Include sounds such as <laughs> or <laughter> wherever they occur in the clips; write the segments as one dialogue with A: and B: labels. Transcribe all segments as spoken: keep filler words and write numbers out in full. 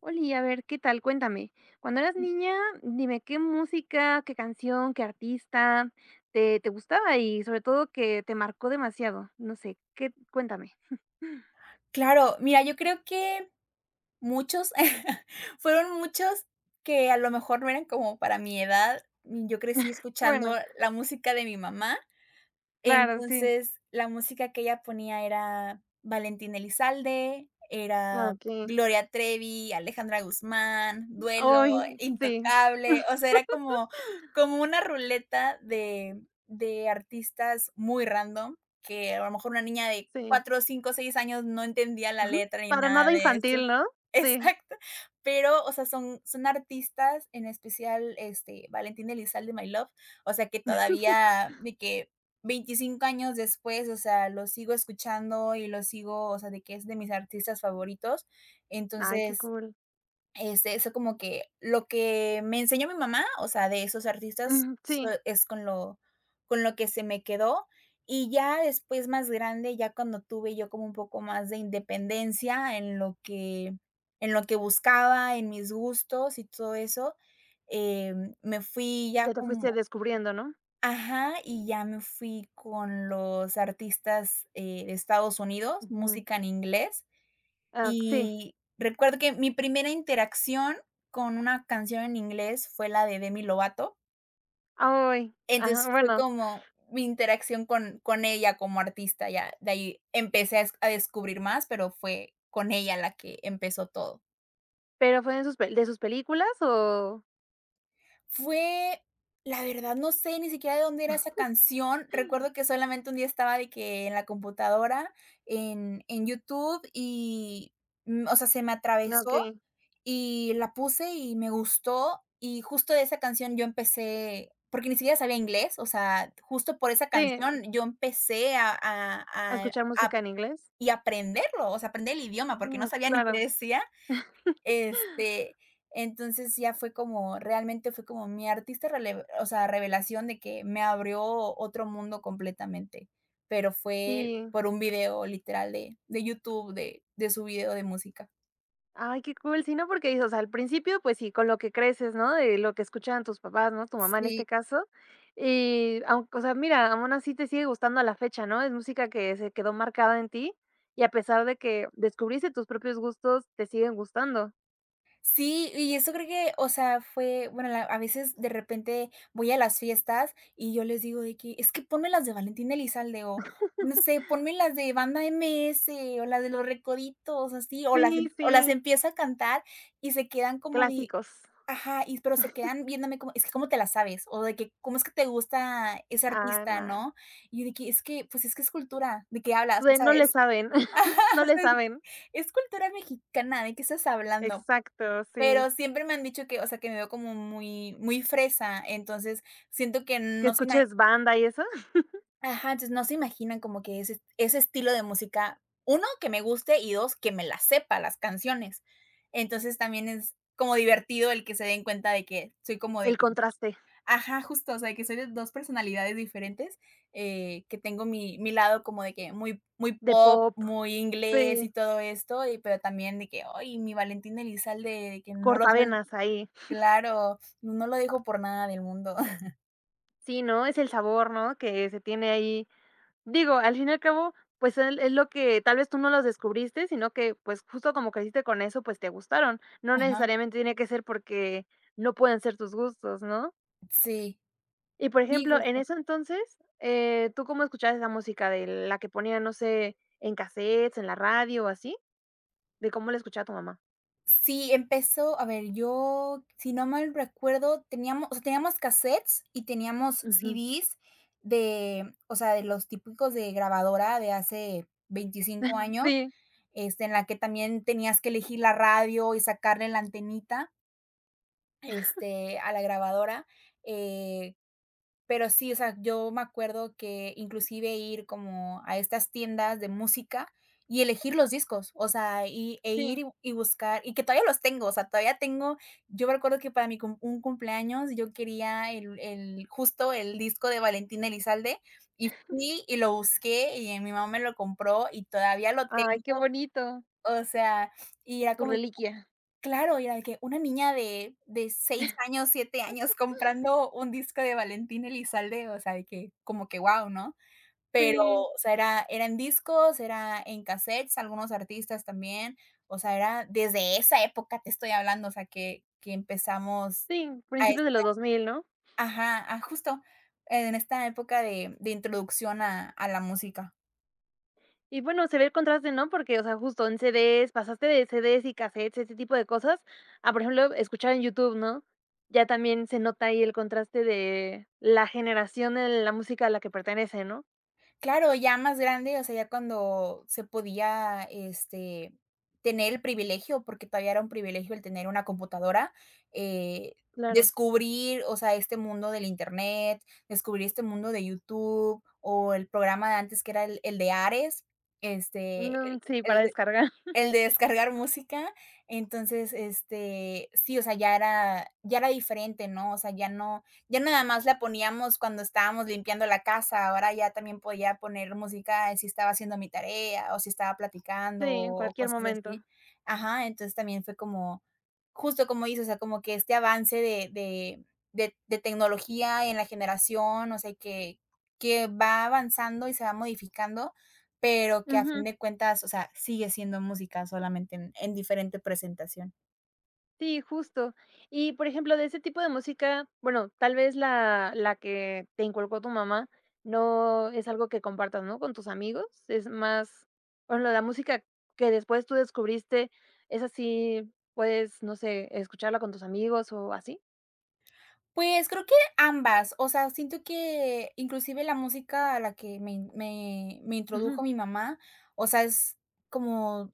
A: Oli, a ver, ¿qué tal? Cuéntame. Cuando eras niña, dime qué música, qué canción, qué artista te, te gustaba y sobre todo que te marcó demasiado. No sé, qué, cuéntame.
B: Claro, mira, yo creo que muchos, <laughs> fueron muchos que a lo mejor no eran como para mi edad. Yo crecí escuchando
A: Bueno,
B: la música de mi mamá.
A: claro, sí.
B: Entonces, la música que ella ponía era Valentín Elizalde, era
A: Ok.
B: Gloria Trevi, Alejandra Guzmán, Duelo,
A: Ay, sí,
B: Intocable. O sea, era como como una ruleta de de artistas muy random, que a lo mejor una niña de
A: sí.
B: cuatro cinco seis años no entendía la
A: Ujú.
B: letra ni
A: Para
B: nada
A: nada
B: de eso.
A: infantil, ¿no? Sí.
B: Exacto, pero, o sea, son son artistas, en especial, este, Valentín Elizalde, My Love, o sea, que todavía de que veinticinco años después, o sea, lo sigo escuchando y lo sigo, o sea, de que es de mis artistas favoritos.
A: Ay, qué
B: Entonces,
A: cool.
B: este, eso como que lo que me enseñó mi mamá, o sea, de esos artistas,
A: Ujú,
B: so
A: sí,
B: es con lo con lo que se me quedó. Y ya después, más grande, ya cuando tuve yo como un poco más de independencia en lo que en lo que buscaba, en mis gustos y todo eso. Em, me fui
A: ya
B: ya
A: te fuiste
B: como
A: descubriendo, ¿no?
B: ajá, y ya me fui con los artistas, eh, de Estados Unidos,
A: Ujú.
B: música en inglés.
A: Ah, sí.
B: Y recuerdo que mi primera interacción con una canción en inglés fue la de Demi Lovato.
A: Ay, ajá,
B: Entonces, fue
A: bueno,
B: como mi interacción con con ella como artista. Ya de ahí empecé a es a descubrir más, pero fue con ella la que empezó todo.
A: pero fue en sus, pe- de sus películas o...
B: Fue, la verdad, no sé ni siquiera de dónde era esa canción. Recuerdo que solamente un día estaba de que en la computadora, en en YouTube y, mm, o sea, se me atravesó.
A: Ok.
B: Y la puse y me gustó, y justo de esa canción yo empecé porque ni siquiera sabía inglés. O sea, justo por esa
A: Sí,
B: canción yo empecé a a
A: a
B: a
A: escuchar
B: a
A: música en inglés.
B: y aprenderlo, o sea, aprender el idioma, porque no
A: Mm,
B: sabía ni qué
A: claro.
B: decía. este, entonces ya fue como realmente fue como mi artista rele o sea, revelación de que me abrió otro mundo completamente, pero fue
A: Sí.
B: por un video literal de de YouTube, de de su video de música.
A: Ay, qué cool. Sí, no, porque dices, o sea, al principio, pues sí, con lo que creces, ¿no? De lo que escuchaban tus papás, ¿no? Tu mamá en
B: Sí.
A: este caso. Y, aunque, o sea, mira, aún así te sigue gustando a la fecha, ¿no? Es música que se quedó marcada en ti y a pesar de que descubriste tus propios gustos, te siguen gustando.
B: Sí, y eso creo que, o sea, fue, bueno, la- a veces de repente voy a las fiestas y yo les digo de que es que ponme las de Valentín Elizalde o no sé, ponme las de Banda M S o las de Los Recoditos, así, o las,
A: Sí,
B: em- o las
A: sí.
B: empiezo a cantar y se quedan como de,
A: Clásicos.
B: ajá. Y, pero se quedan viéndome como, es que cómo te la sabes, o de que cómo es que te gusta ese
A: Ah,
B: artista,
A: nada.
B: ¿no? Y yo de que es que, pues es que es cultura. ¿De qué hablas?
A: Tú de no le
B: ¿Sabes? <laughs>
A: saben, <laughs>
B: Ajá,
A: no
B: o
A: le
B: sea,
A: saben.
B: es cultura mexicana. ¿De qué estás hablando?
A: Exacto, sí.
B: Pero siempre me han dicho que, o sea, que me veo como muy muy fresa. Entonces siento que
A: Que
B: no se ima
A: escuches banda y eso.
B: ajá, entonces no se imaginan como que ese ese estilo de música, uno que me guste y dos que me las sepa las canciones. Entonces también es como divertido el que se den cuenta de que soy como de
A: El
B: que
A: contraste
B: ajá, justo, o sea, de que soy de dos personalidades diferentes, eh, que tengo mi mi lado como de que muy muy
A: de
B: pop,
A: pop.
B: muy inglés y
A: Sí.
B: todo esto, y pero también de que: "Ay, mi Valentín Elizalde", de que no lo suel
A: Cortavenas ahí.
B: Claro, no no lo dijo por nada del mundo. <laughs>
A: Sí, ¿no? Es el sabor, ¿no? Que se tiene ahí. Digo, al fin y al cabo, pues, el es lo que tal vez tú no los descubriste, sino que, pues, justo como creciste con eso, pues, te gustaron. No
B: Ajá.
A: necesariamente tiene que ser porque no pueden ser tus gustos, ¿no?
B: Sí,
A: Y, por
B: sí,
A: ejemplo, en
B: justo.
A: eso entonces, eh, ¿tú cómo escuchabas esa música de la que ponía no sé, en cassettes, en la radio o así? ¿De cómo la escuchaba tu mamá?
B: Sí, empezó, a ver, yo, si no mal recuerdo, teníamos o sea, teníamos casetes y teníamos
A: Ujú.
B: C Ds de, o sea, de los típicos de grabadora de hace veinticinco años,
A: Sí,
B: este, en la que también tenías que elegir la radio y sacarle la antenita, este, a la grabadora. eh Pero sí, o sea, yo me acuerdo que inclusive ir como a estas tiendas de música y elegir los discos, o sea, y e ir
A: sí.
B: y y buscar, y que todavía los tengo, o sea, todavía tengo, yo me acuerdo que para mi cum un cumpleaños yo quería el el justo el disco de Valentín Elizalde, y fui y lo busqué y mi mamá me lo compró y todavía lo
A: Ay, qué
B: tengo,
A: bonito.
B: o sea, y era
A: Tu
B: como.
A: reliquia.
B: Claro, y era de que una niña de de seis años, siete años
A: <laughs>
B: comprando un disco de Valentín Elizalde, o sea, de que como que wow, ¿no? Pero,
A: Sí,
B: o sea, era era en discos, era en cassettes, algunos artistas también, o sea, era desde esa época te estoy hablando, o sea, que que empezamos
A: sí,
B: a es
A: principios de los dos mil, ¿no?
B: ajá, a justo en esta época de de introducción a a la música.
A: Y bueno, se ve el contraste, ¿no? Porque, o sea, justo en C Ds, pasaste de C Ds y cassettes, ese tipo de cosas, a, por ejemplo, escuchar en YouTube, ¿no? Ya también se nota ahí el contraste de la generación en la música a la que pertenece, ¿no?
B: Claro, ya más grande, o sea, ya cuando se podía, este, tener el privilegio, porque todavía era un privilegio el tener una computadora, eh,
A: Claro.
B: descubrir, o sea, este mundo del Internet, descubrir este mundo de YouTube, o el programa de antes que era el el de Ares, este,
A: Mm, sí, para
B: el el
A: descargar. <laughs>
B: el de descargar música. Entonces, este, sí, o sea, ya era ya era diferente, ¿no? O sea, ya no ya nada más la poníamos cuando estábamos limpiando la casa, ahora ya también podía poner música si estaba haciendo mi tarea, o si estaba platicando,
A: Sí, en
B: o
A: cualquier
B: cosas así.
A: momento.
B: Ajá, entonces también fue como, justo como dices, o sea, como que este avance de de de de tecnología en la generación, o sea, que que va avanzando y se va modificando, pero que a fin
A: Ujú.
B: de cuentas, o sea, sigue siendo música solamente en en diferente presentación.
A: Sí, justo. Y, por ejemplo, de ese tipo de música, bueno, tal vez la la que te inculcó tu mamá no es algo que compartas, ¿no?, con tus amigos, es más, bueno la música que después tú descubriste, es así puedes, no sé, escucharla con tus amigos o así.
B: Pues, creo que ambas, o sea, siento que inclusive la música a la que me in me me
A: Ujú,
B: introdujo mi mamá, o sea, es como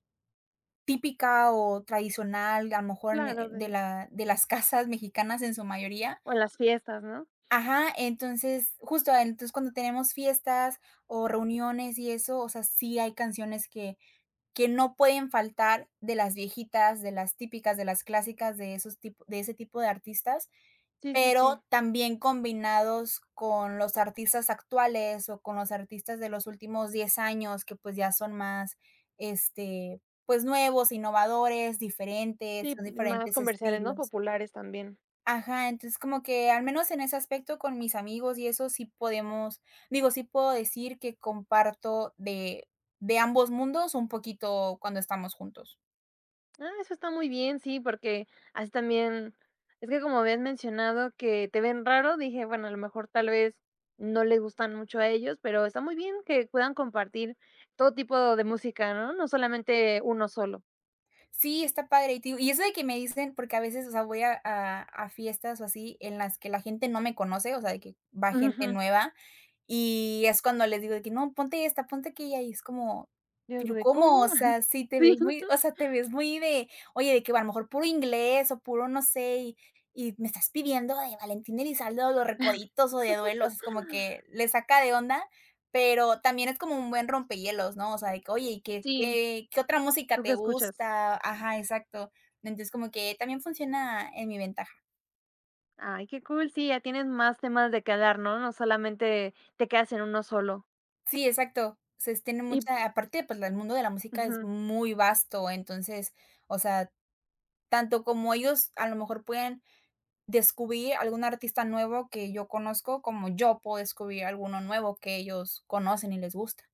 B: típica o tradicional, a lo mejor
A: claro,
B: ne de
A: de
B: la de las <laughs> casas mexicanas en su mayoría.
A: O en las fiestas, ¿no?
B: Ajá, entonces, justo, entonces, cuando tenemos fiestas o reuniones y eso, o sea, sí hay canciones que que no pueden faltar de las viejitas, de las típicas, de las clásicas, de esos tipo de ese tipo de artistas,
A: Sí, sí, sí.
B: pero también combinados con los artistas actuales o con los artistas de los últimos diez años que, pues, ya son más, este, pues, nuevos, innovadores, diferentes,
A: Sí,
B: son
A: más
B: diferentes
A: comerciales, ¿no?,
B: estilos.
A: populares también.
B: Ajá, entonces como que al menos en ese aspecto con mis amigos y eso sí podemos, digo, sí puedo decir que comparto de de ambos mundos un poquito cuando estamos juntos.
A: Ah, eso está muy bien, sí, porque así también, es que como habías mencionado que te ven raro, dije, bueno, a lo mejor tal vez no les gustan mucho a ellos, pero está muy bien que puedan compartir todo tipo de música, ¿no? No solamente uno solo.
B: Sí, está padre. Y te digo, y eso de que me dicen, porque a veces, o sea, voy a a a fiestas o así en las que la gente no me conoce, o sea, de que va gente
A: Ujú.
B: nueva, y es cuando les digo de que: "No, ponte esta, ponte aquella", y es como,
A: Yo
B: pero,
A: de
B: ¿cómo?
A: ¿cómo?
B: O
A: <laughs>
B: sea, sí te
A: Sí,
B: ves muy, o sea, te ves muy de, oye, de que a lo mejor puro inglés o puro no sé, y y me estás pidiendo de Valentín Elizalde o Los Recoditos o de Duelos, es como que le saca de onda, pero también es como un buen rompehielos, ¿no? O sea, de que, oye, ¿y qué
A: sí,
B: qué qué otra música
A: ¿tú qué
B: te
A: escuchas?
B: gusta? Ajá, exacto. Entonces, como que también funciona en mi ventaja.
A: Ay, qué cool, sí, ya tienes más temas de qué hablar, ¿no? No solamente te quedas en uno solo.
B: Sí, exacto. Se tiene
A: Y
B: mucha aparte, pues, la el mundo de la música es
A: ujú.
B: muy vasto, entonces, o sea, tanto como ellos a lo mejor pueden descubrir algún artista nuevo que yo conozco, como yo puedo descubrir alguno nuevo que ellos conocen y les gusta.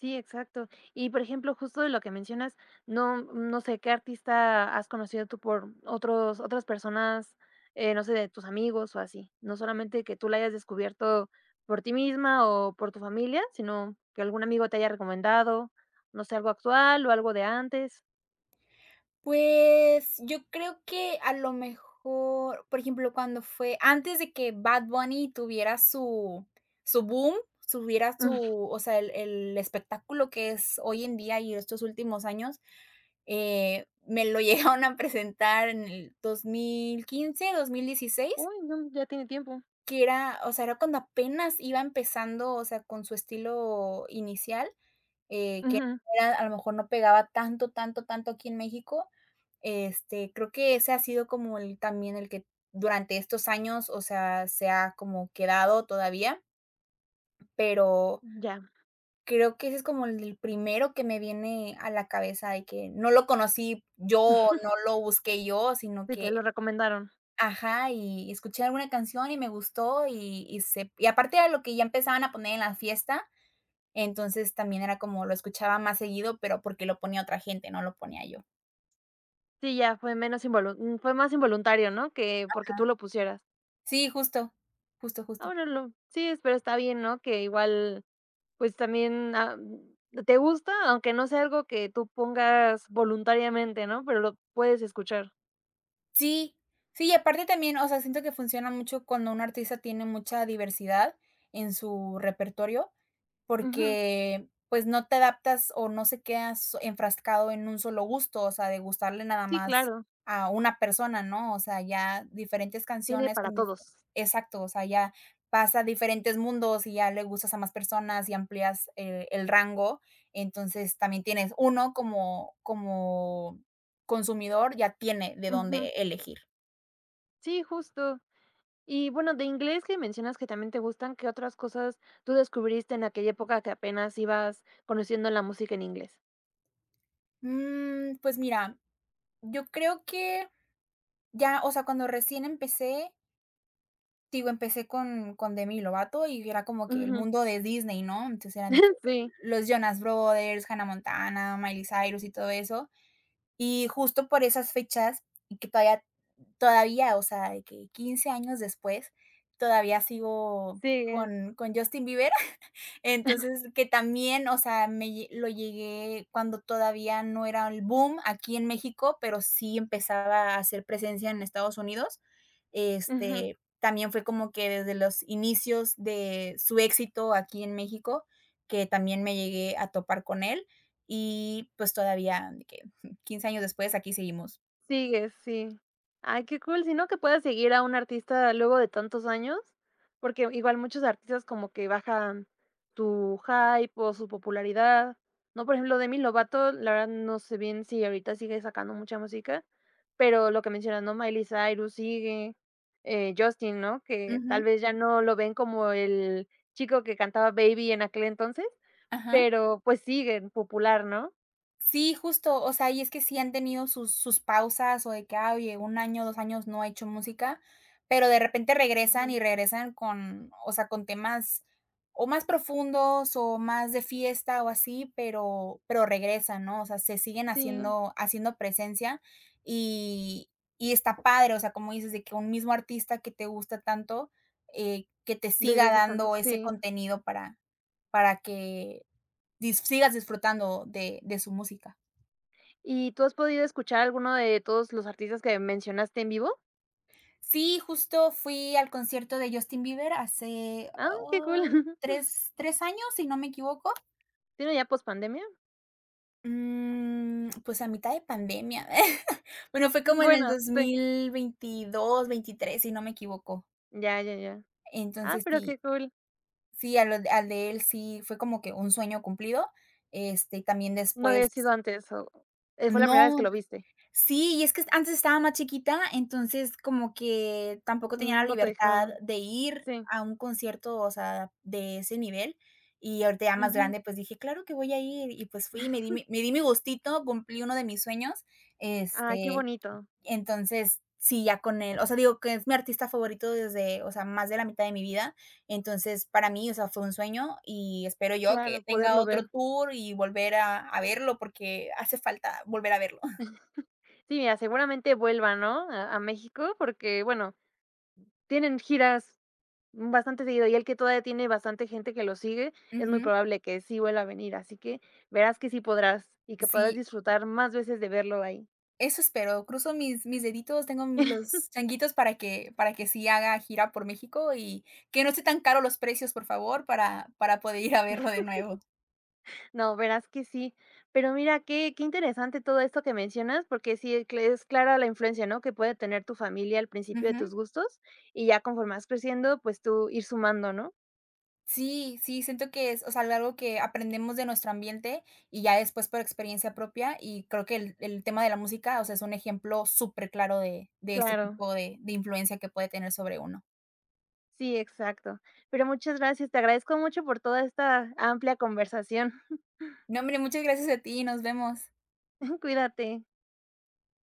A: Sí, exacto. Y, por ejemplo, justo de lo que mencionas, no no sé, ¿qué artista has conocido tú por otros otras personas, eh, no sé, de tus amigos o así? No solamente que tú la hayas descubierto por ti misma o por tu familia, sino que algún amigo te haya recomendado, no sé, algo actual o algo de antes.
B: Pues, yo creo que a lo mejor, por ejemplo, cuando fue antes de que Bad Bunny tuviera su su boom, tuviera su
A: <laughs>
B: o sea, el el espectáculo que es hoy en día y estos últimos años, eh, me lo <laughs> llegaron a presentar en el dos dos mil quince, dos mil
A: Ujú.
B: dieciséis,
A: Uy, no, ya tiene tiempo.
B: que era, o sea, era cuando apenas iba empezando, o sea, con su estilo inicial, eh, que
A: Ujú,
B: era a lo mejor no pegaba tanto, tanto, tanto aquí en México. Este, creo que ese ha sido como el también el que durante estos años, o sea, se ha como quedado todavía, pero
A: ya,
B: creo que ese es como el primero que me viene a la cabeza de que no lo conocí yo, no lo busqué yo, sino
A: sí,
B: que
A: te lo recomendaron.
B: ajá, y escuché alguna canción y me gustó y y se y aparte era lo que ya empezaban a poner en la fiesta, entonces también era como lo escuchaba más seguido, pero porque lo ponía otra gente, no lo ponía yo.
A: Sí, ya fue menos involu mm, fue más involuntario, ¿no? Que porque tú lo pusieras.
B: Sí, justo, justo, justo.
A: Ahora lo sí, es pero está bien, ¿no? Que igual Pues también, ah, te gusta, aunque no sea algo que tú pongas voluntariamente, ¿no? Pero lo puedes escuchar.
B: Sí, sí, y aparte también, o sea, siento que funciona mucho cuando un artista tiene mucha diversidad en su repertorio,
A: Ujú.
B: porque, pues, no te adaptas o no se quedas enfrascado en un solo gusto, o sea, de gustarle nada
A: Sí,
B: más
A: claro,
B: a una persona, ¿no? O sea, ya diferentes
A: tiene
B: canciones
A: para
B: con dif
A: todos.
B: exacto, o sea, ya pasa a diferentes mundos y ya le gustas a más personas y amplías, eh, el rango. Entonces, también tienes uno como como consumidor ya tiene de
A: Ujú.
B: dónde elegir.
A: Sí, justo. Y bueno, de inglés que mencionas que también te gustan, ¿qué otras cosas tú descubriste en aquella época que apenas ibas conociendo la música en inglés?
B: Mm, pues mira, yo creo que ya, o sea, cuando recién empecé te digo, empecé con con Demi Lovato y era como que el
A: Ujú.
B: mundo de Disney, ¿no? Entonces eran de que
A: <laughs> Sí,
B: los Jonas Brothers, Hannah Montana, Miley Cyrus y todo eso. Y justo por esas fechas, y que todavía todavía, o sea, de que quince años después, todavía sigo
A: sí,
B: con con Justin Bieber. Entonces, que también, o sea, me lle lo llegué cuando todavía no era el boom aquí en México, pero sí empezaba a hacer presencia en Estados Unidos.
A: ujú.
B: Este, también fue como que desde los inicios de su éxito aquí en México, que también me llegué a topar con él y, pues, todavía de que <laughs> quince años después aquí seguimos.
A: Sigues, sí. Ay, qué cool, sino que puedas seguir a un artista luego de tantos años, porque igual muchos artistas como que bajan su hype o su popularidad, ¿no? Por ejemplo, Demi Lovato, la verdad no sé bien si ahorita sigue sacando mucha música, pero lo que mencionas, ¿no? Miley Cyrus sigue, eh, Justin, ¿no? Que
B: Ujú,
A: tal vez ya no lo ven como el chico que cantaba Baby en aquel entonces,
B: ajá.
A: pero pues sigue popular, ¿no?
B: Sí, justo, o sea, y es que sí han tenido sus sus pausas, o de que, ah, oye, un año, dos años no ha hecho música, pero de repente regresan
A: Ujú.
B: y regresan con, o sea, con temas o más profundos, o más de fiesta, o así, pero pero regresan, ¿no? O sea, se siguen
A: Sí,
B: haciendo haciendo presencia, y y está padre, o sea, como dices, de que un mismo artista que te gusta tanto, eh, que te
A: desde
B: siga
A: hace tanto,
B: dando ese
A: sí.
B: contenido para para que dis sigas disfrutando de de su música.
A: ¿Y tú has podido escuchar alguno de todos los artistas que mencionaste en vivo?
B: Sí, justo fui al concierto de Justin Bieber hace,
A: Ah, qué
B: ay,
A: cool. <laughs>
B: tres 3 años, si no me equivoco.
A: ¿Tiene ya pospandemia?
B: Mm, pues a mitad de pandemia. <laughs> Bueno, fue como en el
A: Bueno,
B: dos
A: sí.
B: mil veintidós veintitrés si no me equivoco.
A: Ya, ya, ya. Ah,
B: Entonces,
A: pero
B: sí,
A: qué cool.
B: sí, a lo al de él sí fue como que un sueño cumplido. Este, y también
A: No
B: después
A: había sido antes o eh, fue la primera vez que
B: no.
A: lo viste.
B: Sí, y es que antes estaba más chiquita, entonces como que tampoco tenía la
A: No te
B: libertad
A: dejaban.
B: de ir
A: Sí.
B: a un concierto, o sea, de ese nivel. Y ahorita ya más
A: Ujú.
B: grande, pues dije: "Claro que voy a ir", y pues fui, me di mi me
A: <laughs>
B: di mi gustito, cumplí uno de mis sueños,
A: Ay, qué
B: este,
A: bonito.
B: entonces, sí, ya con él, o sea, digo que es mi artista favorito desde, o sea, más de la mitad de mi vida, entonces, para mí, o sea, fue un sueño y espero yo que
A: Claro,
B: tenga
A: poderlo ver.
B: otro tour y volver a a verlo, porque hace falta volver a verlo. <laughs>
A: Sí, mira, seguramente vuelva, ¿no? A a México, porque, bueno, tienen giras Mm, bastante seguido, y el que todavía tiene bastante gente que lo sigue, es muy
B: Ujú.
A: probable que sí vuelva a venir, así que verás que sí podrás, y que podrás
B: Sí,
A: disfrutar más veces de verlo ahí.
B: eso espero. Cruzo mis mis deditos, tengo m-
A: <laughs>
B: los changuitos para que para que sí haga gira por México y que no esté tan caro los precios, por favor, para para poder ir a verlo de nuevo.
A: No, verás que sí. Pero mira, qué qué interesante todo esto que mencionas, porque sí e cl es clara la influencia, ¿no?, que puede tener tu familia al principio de
B: Ujú.
A: tus gustos, y ya conforme vas creciendo, pues tú ir sumando, ¿no?
B: Sí, sí, siento que es, o sea, algo que aprendemos de nuestro ambiente y ya después por experiencia propia, y creo que el el tema de la música, o sea, es un ejemplo súper claro de de este
A: Claro.
B: tipo de de influencia que puede tener sobre uno.
A: Sí, exacto. Pero muchas gracias, te agradezco mucho por toda esta amplia conversación.
B: No, hombre, muchas gracias a ti, nos vemos.
A: <laughs> Cuídate.